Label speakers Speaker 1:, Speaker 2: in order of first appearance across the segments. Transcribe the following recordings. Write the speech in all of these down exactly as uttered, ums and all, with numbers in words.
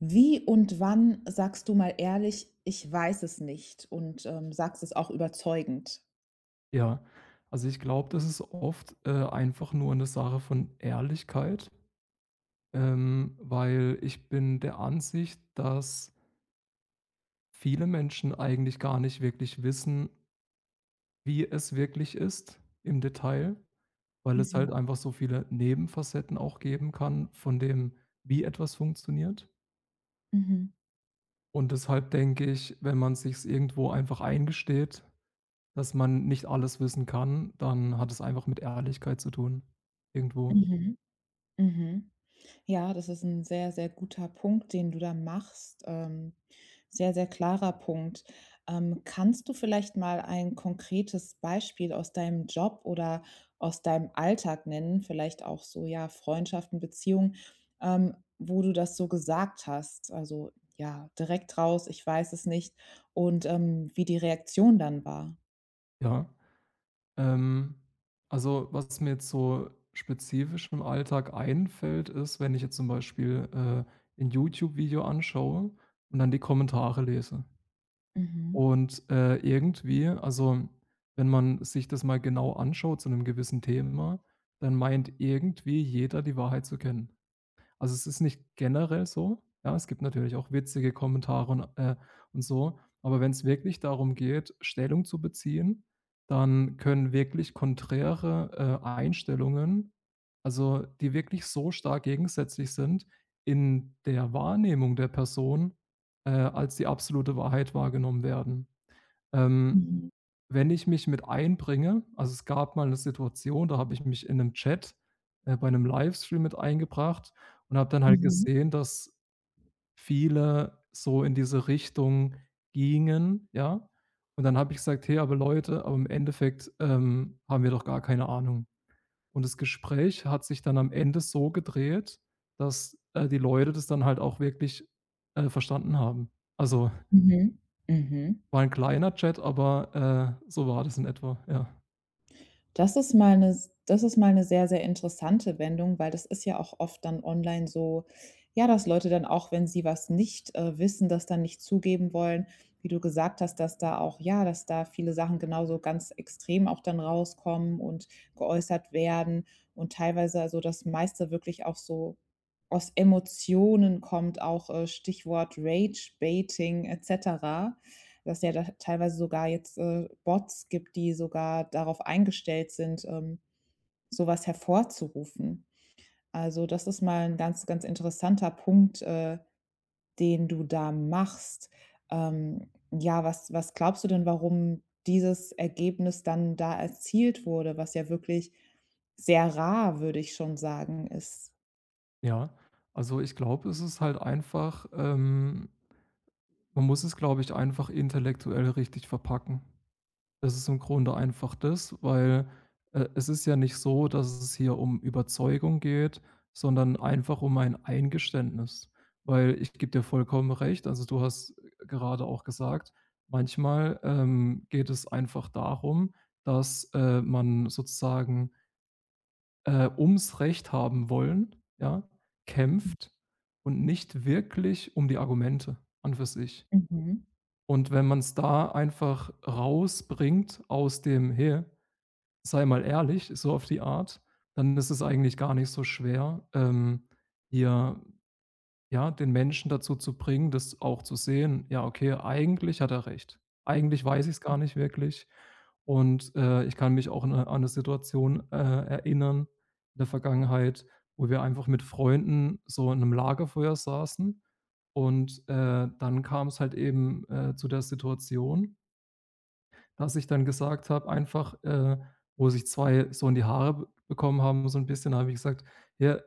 Speaker 1: Wie und wann sagst du mal ehrlich: „Ich weiß es nicht" und, ähm, sagst es auch überzeugend?
Speaker 2: Ja, also ich glaube, das ist oft, äh, einfach nur eine Sache von Ehrlichkeit, ähm, weil ich bin der Ansicht, dass viele Menschen eigentlich gar nicht wirklich wissen, wie es wirklich ist im Detail, weil es halt
Speaker 1: Mhm,
Speaker 2: einfach so viele Nebenfacetten auch geben kann von dem, wie etwas funktioniert.
Speaker 1: mhm,
Speaker 2: Und deshalb denke ich, wenn man sich's irgendwo einfach eingesteht, dass man nicht alles wissen kann, dann hat es einfach mit Ehrlichkeit zu tun irgendwo,
Speaker 1: mhm, mhm. Ja, das ist ein sehr, sehr guter Punkt, den du da machst. Ähm, sehr, sehr klarer Punkt. Ähm, kannst du vielleicht mal ein konkretes Beispiel aus deinem Job oder aus deinem Alltag nennen, vielleicht auch so, ja, Freundschaften, Beziehungen, ähm, wo du das so gesagt hast? Also, ja, direkt raus: „Ich weiß es nicht." und, ähm, wie die Reaktion dann war?
Speaker 2: ja. Ähm, also, was mir jetzt so spezifisch im Alltag einfällt, ist, wenn ich jetzt zum Beispiel, äh, 'n YouTube-Video anschaue und dann die Kommentare lese.
Speaker 1: Mhm.
Speaker 2: Und, äh, irgendwie also, wenn man sich das mal genau anschaut zu einem gewissen Thema, dann meint irgendwie jeder, die Wahrheit zu kennen. Also, es ist nicht generell so. Ja, es gibt natürlich auch witzige Kommentare und, äh, und so. Aber wenn es wirklich darum geht, Stellung zu beziehen, dann können wirklich konträre, äh, Einstellungen also, die wirklich so stark gegensätzlich sind, in der Wahrnehmung der Person, äh, als die absolute Wahrheit wahrgenommen werden. Ähm,
Speaker 1: Mhm.
Speaker 2: wenn ich mich mit einbringe also, es gab mal eine Situation, da habe ich mich in einem Chat, äh, bei einem Livestream mit eingebracht und habe dann halt
Speaker 1: Mhm.
Speaker 2: gesehen, dass viele so in diese Richtung gingen, ja? Und dann habe ich gesagt: „Hey, aber Leute, aber im Endeffekt, ähm, haben wir doch gar keine Ahnung.“ Und das Gespräch hat sich dann am Ende so gedreht, dass, äh, die Leute das dann halt auch wirklich, äh, verstanden haben. Also,
Speaker 1: Mhm. Mhm.
Speaker 2: war ein kleiner Chat, aber, äh, so war das in etwa, ja.
Speaker 1: Das ist mal eine, Das ist mal eine sehr, sehr interessante Wendung, weil das ist ja auch oft dann online so, ja, dass Leute dann auch, wenn sie was nicht, äh, wissen, das dann nicht zugeben wollen. Wie du gesagt hast, dass da auch ja, dass da viele Sachen genauso ganz extrem auch dann rauskommen und geäußert werden und teilweise also, das meiste wirklich auch so aus Emotionen kommt, auch, äh, Stichwort Rage-Baiting et cetera, dass ja da teilweise sogar jetzt äh, Bots gibt, die sogar darauf eingestellt sind, ähm, sowas hervorzurufen. Also das ist mal ein ganz, ganz interessanter Punkt, äh, den du da machst. Ähm, ja, was, was glaubst du denn, warum dieses Ergebnis dann da erzielt wurde, was ja wirklich sehr rar, würde ich schon sagen, ist?
Speaker 2: Ja, also ich glaube, es ist halt einfach ähm, man muss es, glaube ich, einfach intellektuell richtig verpacken. Das ist im Grunde einfach das, weil, äh, es ist ja nicht so, dass es hier um Überzeugung geht, sondern einfach um ein Eingeständnis. Weil ich gebe dir vollkommen recht, also du hast gerade auch gesagt, manchmal, ähm, geht es einfach darum, dass, äh, man sozusagen äh, ums Recht haben wollen, ja, kämpft und nicht wirklich um die Argumente an für sich.
Speaker 1: Mhm.
Speaker 2: Und wenn man es da einfach rausbringt aus dem: „Hey, sei mal ehrlich“, so auf die Art, dann ist es eigentlich gar nicht so schwer, ähm, hier ja, den Menschen dazu zu bringen, das auch zu sehen: „Ja, okay, eigentlich hat er recht. Eigentlich weiß ich es gar nicht wirklich und, äh, ich kann mich auch an eine an 'ne Situation, äh, erinnern in der Vergangenheit, wo wir einfach mit Freunden so in einem Lagerfeuer saßen und, äh, dann kam es halt eben, äh, zu der Situation, dass ich dann gesagt habe einfach, äh, wo sich zwei so in die Haare b bekommen haben so ein bisschen, habe ich gesagt: „Ja,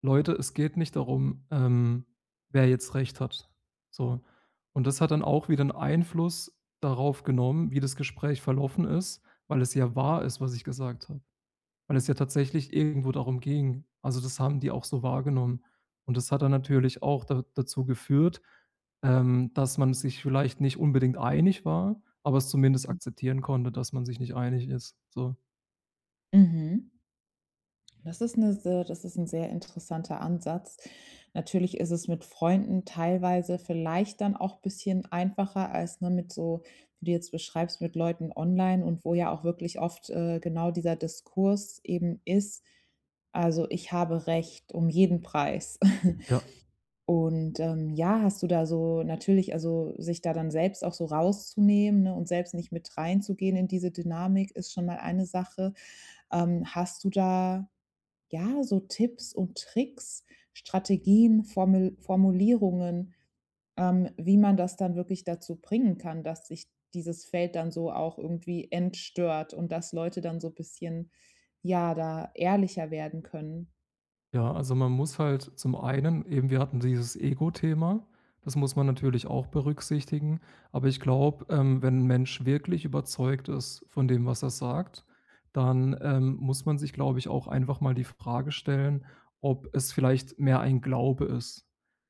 Speaker 2: Leute, es geht nicht darum, ähm, wer jetzt recht hat.“ So. Und das hat dann auch wieder 'n Einfluss darauf genommen, wie das Gespräch verlaufen ist, weil es ja wahr ist, was ich gesagt habe, weil es ja tatsächlich irgendwo darum ging. Also, das haben die auch so wahrgenommen. Und das hat dann natürlich auch da dazu geführt, ähm, dass man sich vielleicht nicht unbedingt einig war, aber es zumindest akzeptieren konnte, dass man sich nicht einig ist, so,
Speaker 1: Mhm. Das ist eine, se das ist ein sehr interessanter Ansatz. Natürlich ist es mit Freunden teilweise vielleicht dann auch ein bisschen einfacher als, ne, mit so wie du jetzt beschreibst, mit Leuten online und wo ja auch wirklich oft, äh, genau dieser Diskurs eben ist: „Also, ich habe Recht um jeden Preis."
Speaker 2: ja.
Speaker 1: Und, ähm, ja, hast du da so natürlich also, sich da dann selbst auch so rauszunehmen, ne, und selbst nicht mit reinzugehen in diese Dynamik ist schon mal eine Sache. Ähm, hast du da ja, so Tipps und Tricks, Strategien, Formel Formulierungen, ähm, wie man das dann wirklich dazu bringen kann, dass sich dieses Feld dann so auch irgendwie entstört und dass Leute dann so ein bisschen, ja, da ehrlicher werden können.
Speaker 2: Ja, also man muss halt zum einen eben, wir hatten dieses Ego-Thema, das muss man natürlich auch berücksichtigen. Aber ich glaube, ähm, wenn ein Mensch wirklich überzeugt ist von dem, was er sagt, dann, ähm, muss man sich, glaube ich, auch einfach mal die Frage stellen, ob es vielleicht mehr ein Glaube ist.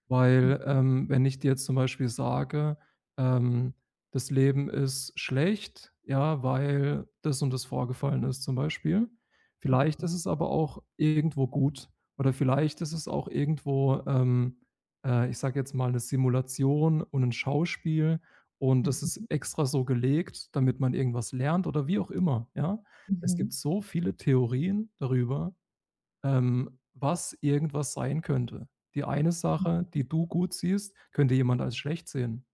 Speaker 2: Weil, ähm, wenn ich dir jetzt zum Beispiel sage, ähm, das Leben ist schlecht, ja, weil das und das vorgefallen ist zum Beispiel. Vielleicht ist es aber auch irgendwo gut, oder vielleicht ist es auch irgendwo, ähm, äh, ich sage jetzt mal, eine Simulation und ein Schauspiel und das ist
Speaker 1: M
Speaker 2: extra so gelegt, damit man irgendwas lernt oder wie auch immer, ja? Es gibt
Speaker 1: Mhm.
Speaker 2: so viele Theorien darüber, ähm, was irgendwas sein könnte. Die eine Sache,
Speaker 1: Mhm.
Speaker 2: die du gut siehst, könnte jemand als schlecht sehen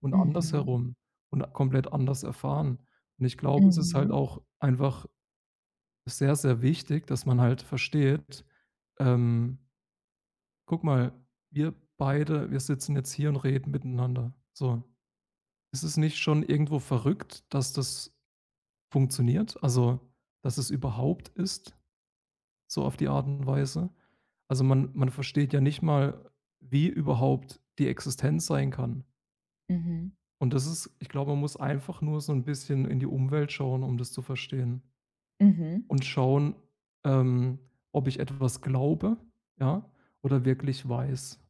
Speaker 2: und
Speaker 1: Mhm.
Speaker 2: andersherum und komplett anders erfahren. Und ich glaube, es ist halt
Speaker 1: Mhm.
Speaker 2: auch einfach sehr, sehr wichtig, dass man halt versteht, ähm guck mal, wir beide, wir sitzen jetzt hier und reden miteinander. So. Ist es nicht schon irgendwo verrückt, dass das funktioniert? Also, dass es überhaupt ist, so auf die Art und Weise? Also man, man versteht ja nicht mal, wie überhaupt die Existenz sein kann.
Speaker 1: Mhm.
Speaker 2: Und das ist, ich glaube, man muss einfach nur so ein bisschen in die Umwelt schauen, um das zu verstehen.
Speaker 1: Mhm.
Speaker 2: Und schauen, ähm, ob ich etwas glaube, ja, oder wirklich weiß,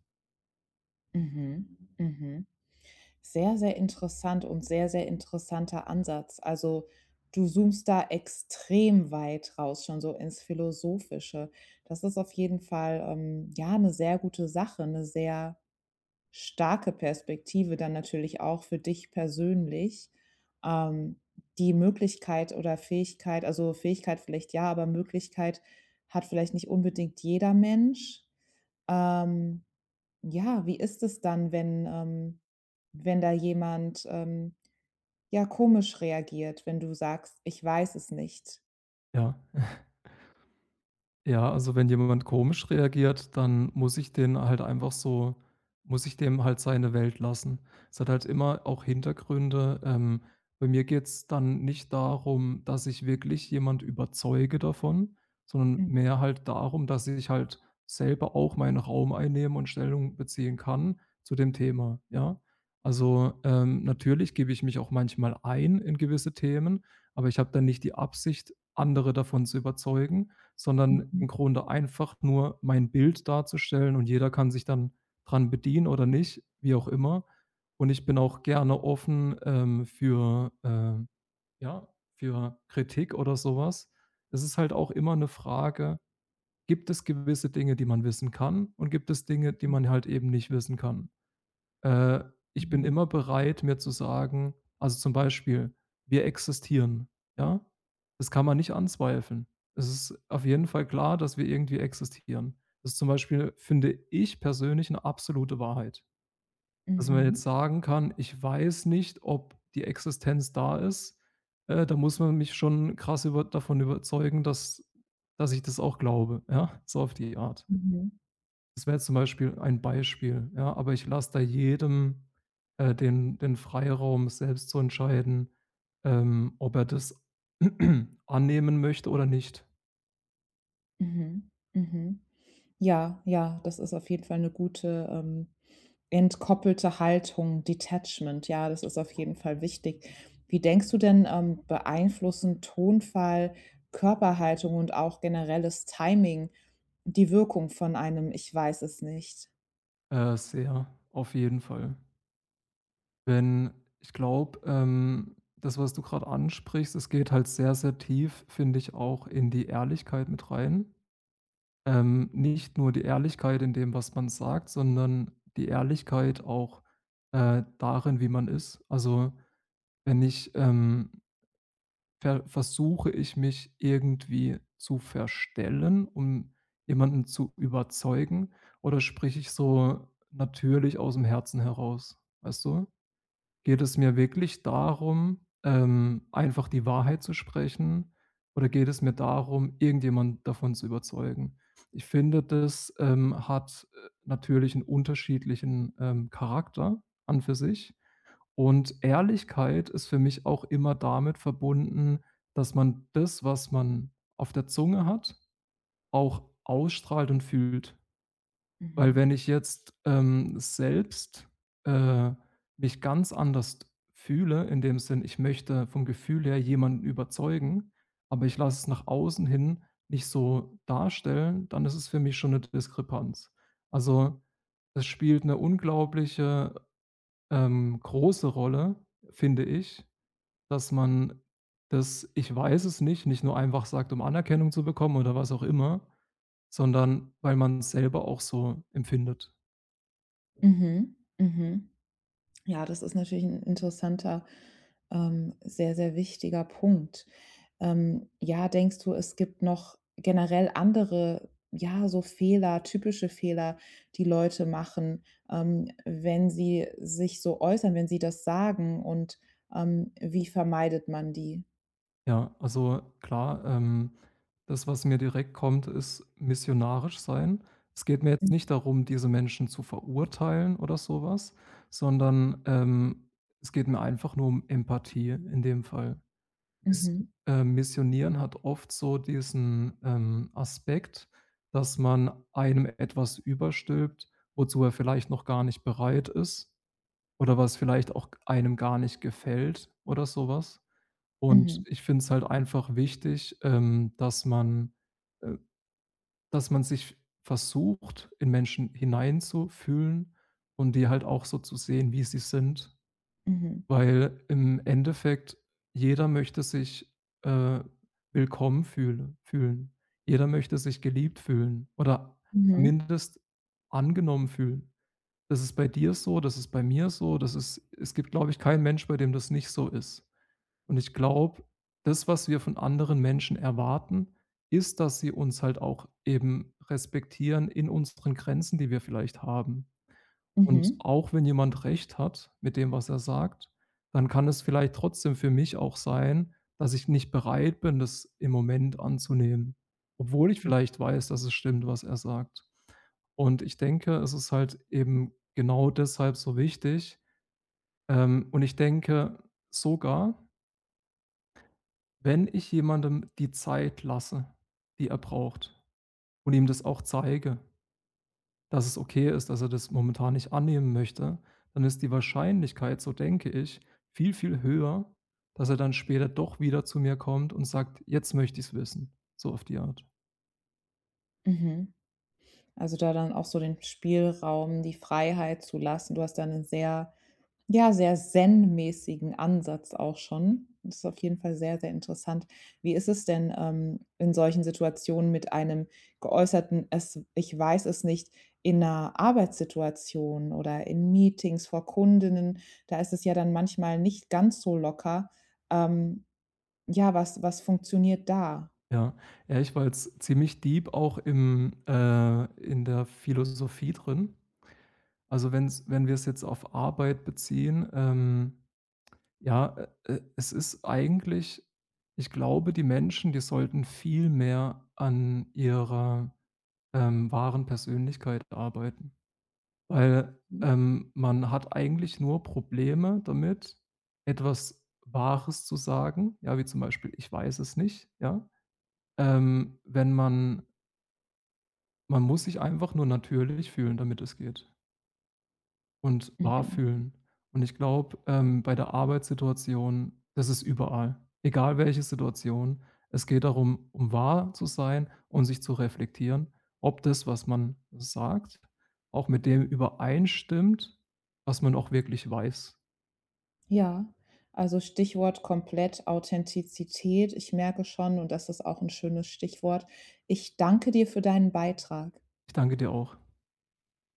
Speaker 1: Mhm. Mhm. Mhm. Sehr, sehr interessant und sehr, sehr interessanter Ansatz. Also, du zoomst da extrem weit raus, schon so ins Philosophische. Das ist auf jeden Fall, ähm, ja, eine sehr gute Sache, eine sehr starke Perspektive dann natürlich auch für dich persönlich. Ähm, die Möglichkeit oder Fähigkeit also, Fähigkeit vielleicht ja, aber Möglichkeit hat vielleicht nicht unbedingt jeder Mensch. Ähm ja, wie ist es dann, wenn ähm, wenn da jemand, ähm, ja, komisch reagiert, wenn du sagst: „Ich weiß es nicht?"
Speaker 2: ja. Ja, also wenn jemand komisch reagiert, dann muss ich den halt einfach so muss ich dem halt seine Welt lassen. Es hat halt immer auch Hintergründe. Ähm, bei mir geht's dann nicht darum, dass ich wirklich jemand überzeuge davon, sondern
Speaker 1: Mhm,
Speaker 2: mehr halt darum, dass ich halt selber auch meinen Raum einnehmen und Stellung beziehen kann zu dem Thema, ja? Also, ähm, natürlich gebe ich mich auch manchmal ein in gewisse Themen, aber ich habe dann nicht die Absicht, andere davon zu überzeugen, sondern im
Speaker 1: mhm,
Speaker 2: Grunde einfach nur mein Bild darzustellen und jeder kann sich dann dran bedienen oder nicht, wie auch immer. Und ich bin auch gerne offen, ähm, für, ähm, ja, für Kritik oder sowas. Es ist halt auch immer eine Frage, gibt es gewisse Dinge, die man wissen kann und gibt es Dinge, die man halt eben nicht wissen kann? Äh, ich bin
Speaker 1: mhm,
Speaker 2: immer bereit, mir zu sagen also, zum Beispiel: „Wir existieren“, ja? Das kann man nicht anzweifeln. Es ist auf jeden Fall klar, dass wir irgendwie existieren. Das ist zum Beispiel, finde ich persönlich, eine absolute Wahrheit. Dass man
Speaker 1: mhm,
Speaker 2: jetzt sagen kann: „Ich weiß nicht, ob die Existenz da ist“, äh, da muss man mich schon krass über davon überzeugen, dass dass ich das auch glaube, ja, so auf die Art.
Speaker 1: mhm,
Speaker 2: Das wäre jetzt zum Beispiel ein Beispiel, ja, aber ich lasse da jedem, äh, den den Freiraum, selbst zu entscheiden, ähm, ob er das annehmen möchte oder nicht.
Speaker 1: mhm, mhm. Ja, ja, das ist auf jeden Fall eine gute, ähm, entkoppelte Haltung, Detachment. Ja, das ist auf jeden Fall wichtig. Wie denkst du denn, ähm, beeinflussen Tonfall, Körperhaltung und auch generelles Timing die Wirkung von einem „Ich weiß es nicht"?
Speaker 2: Äh, sehr, auf jeden Fall. Wenn ich glaube, ähm, das, was du gerade ansprichst, es geht halt sehr, sehr tief, finde ich, auch in die Ehrlichkeit mit rein. Ähm, nicht nur die Ehrlichkeit in dem, was man sagt, sondern die Ehrlichkeit auch, äh, darin, wie man ist. Also, wenn ich, ähm ver versuche ich, mich irgendwie zu verstellen, um jemanden zu überzeugen, oder spreche ich so natürlich aus dem Herzen heraus, weißt du? Geht es mir wirklich darum, ähm, einfach die Wahrheit zu sprechen, oder geht es mir darum, irgendjemand davon zu überzeugen? Ich finde, das, ähm, hat, äh, natürlich einen unterschiedlichen, ähm, Charakter an für sich. Und Ehrlichkeit ist für mich auch immer damit verbunden, dass man das, was man auf der Zunge hat, auch ausstrahlt und fühlt. Weil
Speaker 1: Mhm.
Speaker 2: wenn ich jetzt, ähm, selbst, äh, mich ganz anders fühle, in dem Sinn, ich möchte vom Gefühl her jemanden überzeugen, aber ich lasse es nach außen hin nicht so darstellen, dann ist es für mich schon eine Diskrepanz. Also, es spielt eine unglaubliche ähm, große Rolle, finde ich, dass man das „Ich weiß es nicht“ nicht nur einfach sagt, um Anerkennung zu bekommen oder was auch immer, sondern weil man's selber auch so empfindet.
Speaker 1: Mhm. Mhm. Ja, das ist natürlich ein interessanter, ähm, sehr, sehr wichtiger Punkt. Ähm, ja, denkst du, es gibt noch generell andere, ja, so Fehler, typische Fehler, die Leute machen, ähm, wenn sie sich so äußern, wenn sie das sagen und, ähm, wie vermeidet man die?
Speaker 2: Ja, also klar, ähm, das, was mir direkt kommt, ist missionarisch sein. Es geht mir jetzt nicht darum, diese Menschen zu verurteilen oder so was, sondern, ähm, es geht mir einfach nur um Empathie in dem Fall. Miss
Speaker 1: Mhm.
Speaker 2: äh, Missionieren hat oft so diesen, ähm, Aspekt, dass man einem etwas überstülpt, wozu er vielleicht noch gar nicht bereit ist oder was vielleicht auch einem gar nicht gefällt oder sowas. Und
Speaker 1: Mhm.
Speaker 2: ich finde es halt einfach wichtig, ähm, dass man äh, dass man sich versucht, in Menschen hineinzufühlen und die halt auch so zu sehen, wie sie sind.
Speaker 1: Mhm.
Speaker 2: Weil im Endeffekt jeder möchte sich, äh, willkommen fühle fühlen. Jeder möchte sich geliebt fühlen oder
Speaker 1: Mhm.
Speaker 2: zumindest angenommen fühlen. Das ist bei dir so, das ist bei mir so, das ist es gibt, glaube ich, keinen Mensch, bei dem das nicht so ist. Und ich glaube, das, was wir von anderen Menschen erwarten, ist, dass sie uns halt auch eben respektieren in unseren Grenzen, die wir vielleicht haben.
Speaker 1: Mhm.
Speaker 2: Und
Speaker 1: Mhm.
Speaker 2: auch wenn jemand recht hat mit dem, was er sagt, dann kann es vielleicht trotzdem für mich auch sein, dass ich nicht bereit bin, das im Moment anzunehmen, obwohl ich
Speaker 1: Mhm.
Speaker 2: vielleicht weiß, dass es stimmt, was er sagt. Und ich denke, es ist halt eben genau deshalb so wichtig. Ähm, und ich denke sogar, wenn ich jemandem die Zeit lasse, die er braucht und ihm das auch zeige, dass es okay ist, dass er das momentan nicht annehmen möchte, dann ist die Wahrscheinlichkeit, so denke ich, viel, viel höher, dass er dann später doch wieder zu mir kommt und sagt: „Jetzt möchte ich's wissen“, so auf die Art.
Speaker 1: Mhm. Also, da dann auch so den Spielraum, die Freiheit zu lassen. Du hast da einen sehr ja, sehr zen-mäßigen Ansatz auch schon. Das ist auf jeden Fall sehr, sehr interessant. Wie ist es denn, ähm, in solchen Situationen mit einem geäußerten „Es ich weiß es nicht" in einer Arbeitssituation oder in Meetings vor Kundinnen? Da ist es ja dann manchmal nicht ganz so locker. Ähm, ja, was was funktioniert da?
Speaker 2: Ja. Ja, ich war jetzt ziemlich deep auch im äh, in der Philosophie drin. Also, wenn's wenn wir es jetzt auf Arbeit beziehen, ähm, ja, äh, äh, es ist eigentlich ich glaube, die Menschen, die sollten viel mehr an ihrer, ähm, wahren Persönlichkeit arbeiten, weil, ähm, man hat eigentlich nur Probleme damit, etwas Wahres zu sagen, ja, wie zum Beispiel: „Ich weiß es nicht“, ja? Ähm, wenn man man muss sich einfach nur natürlich fühlen, damit es geht. Und wahr
Speaker 1: Mhm.
Speaker 2: fühlen. Und ich glaube, ähm, bei der Arbeitssituation, das ist überall, egal welche Situation. Es geht darum, um wahr zu sein und sich zu reflektieren, ob das, was man sagt, auch mit dem übereinstimmt, was man auch wirklich weiß.
Speaker 1: Ja, also Stichwort komplett Authentizität. Ich merke schon und das ist auch ein schönes Stichwort. Ich danke dir für deinen Beitrag.
Speaker 2: Ich danke dir auch.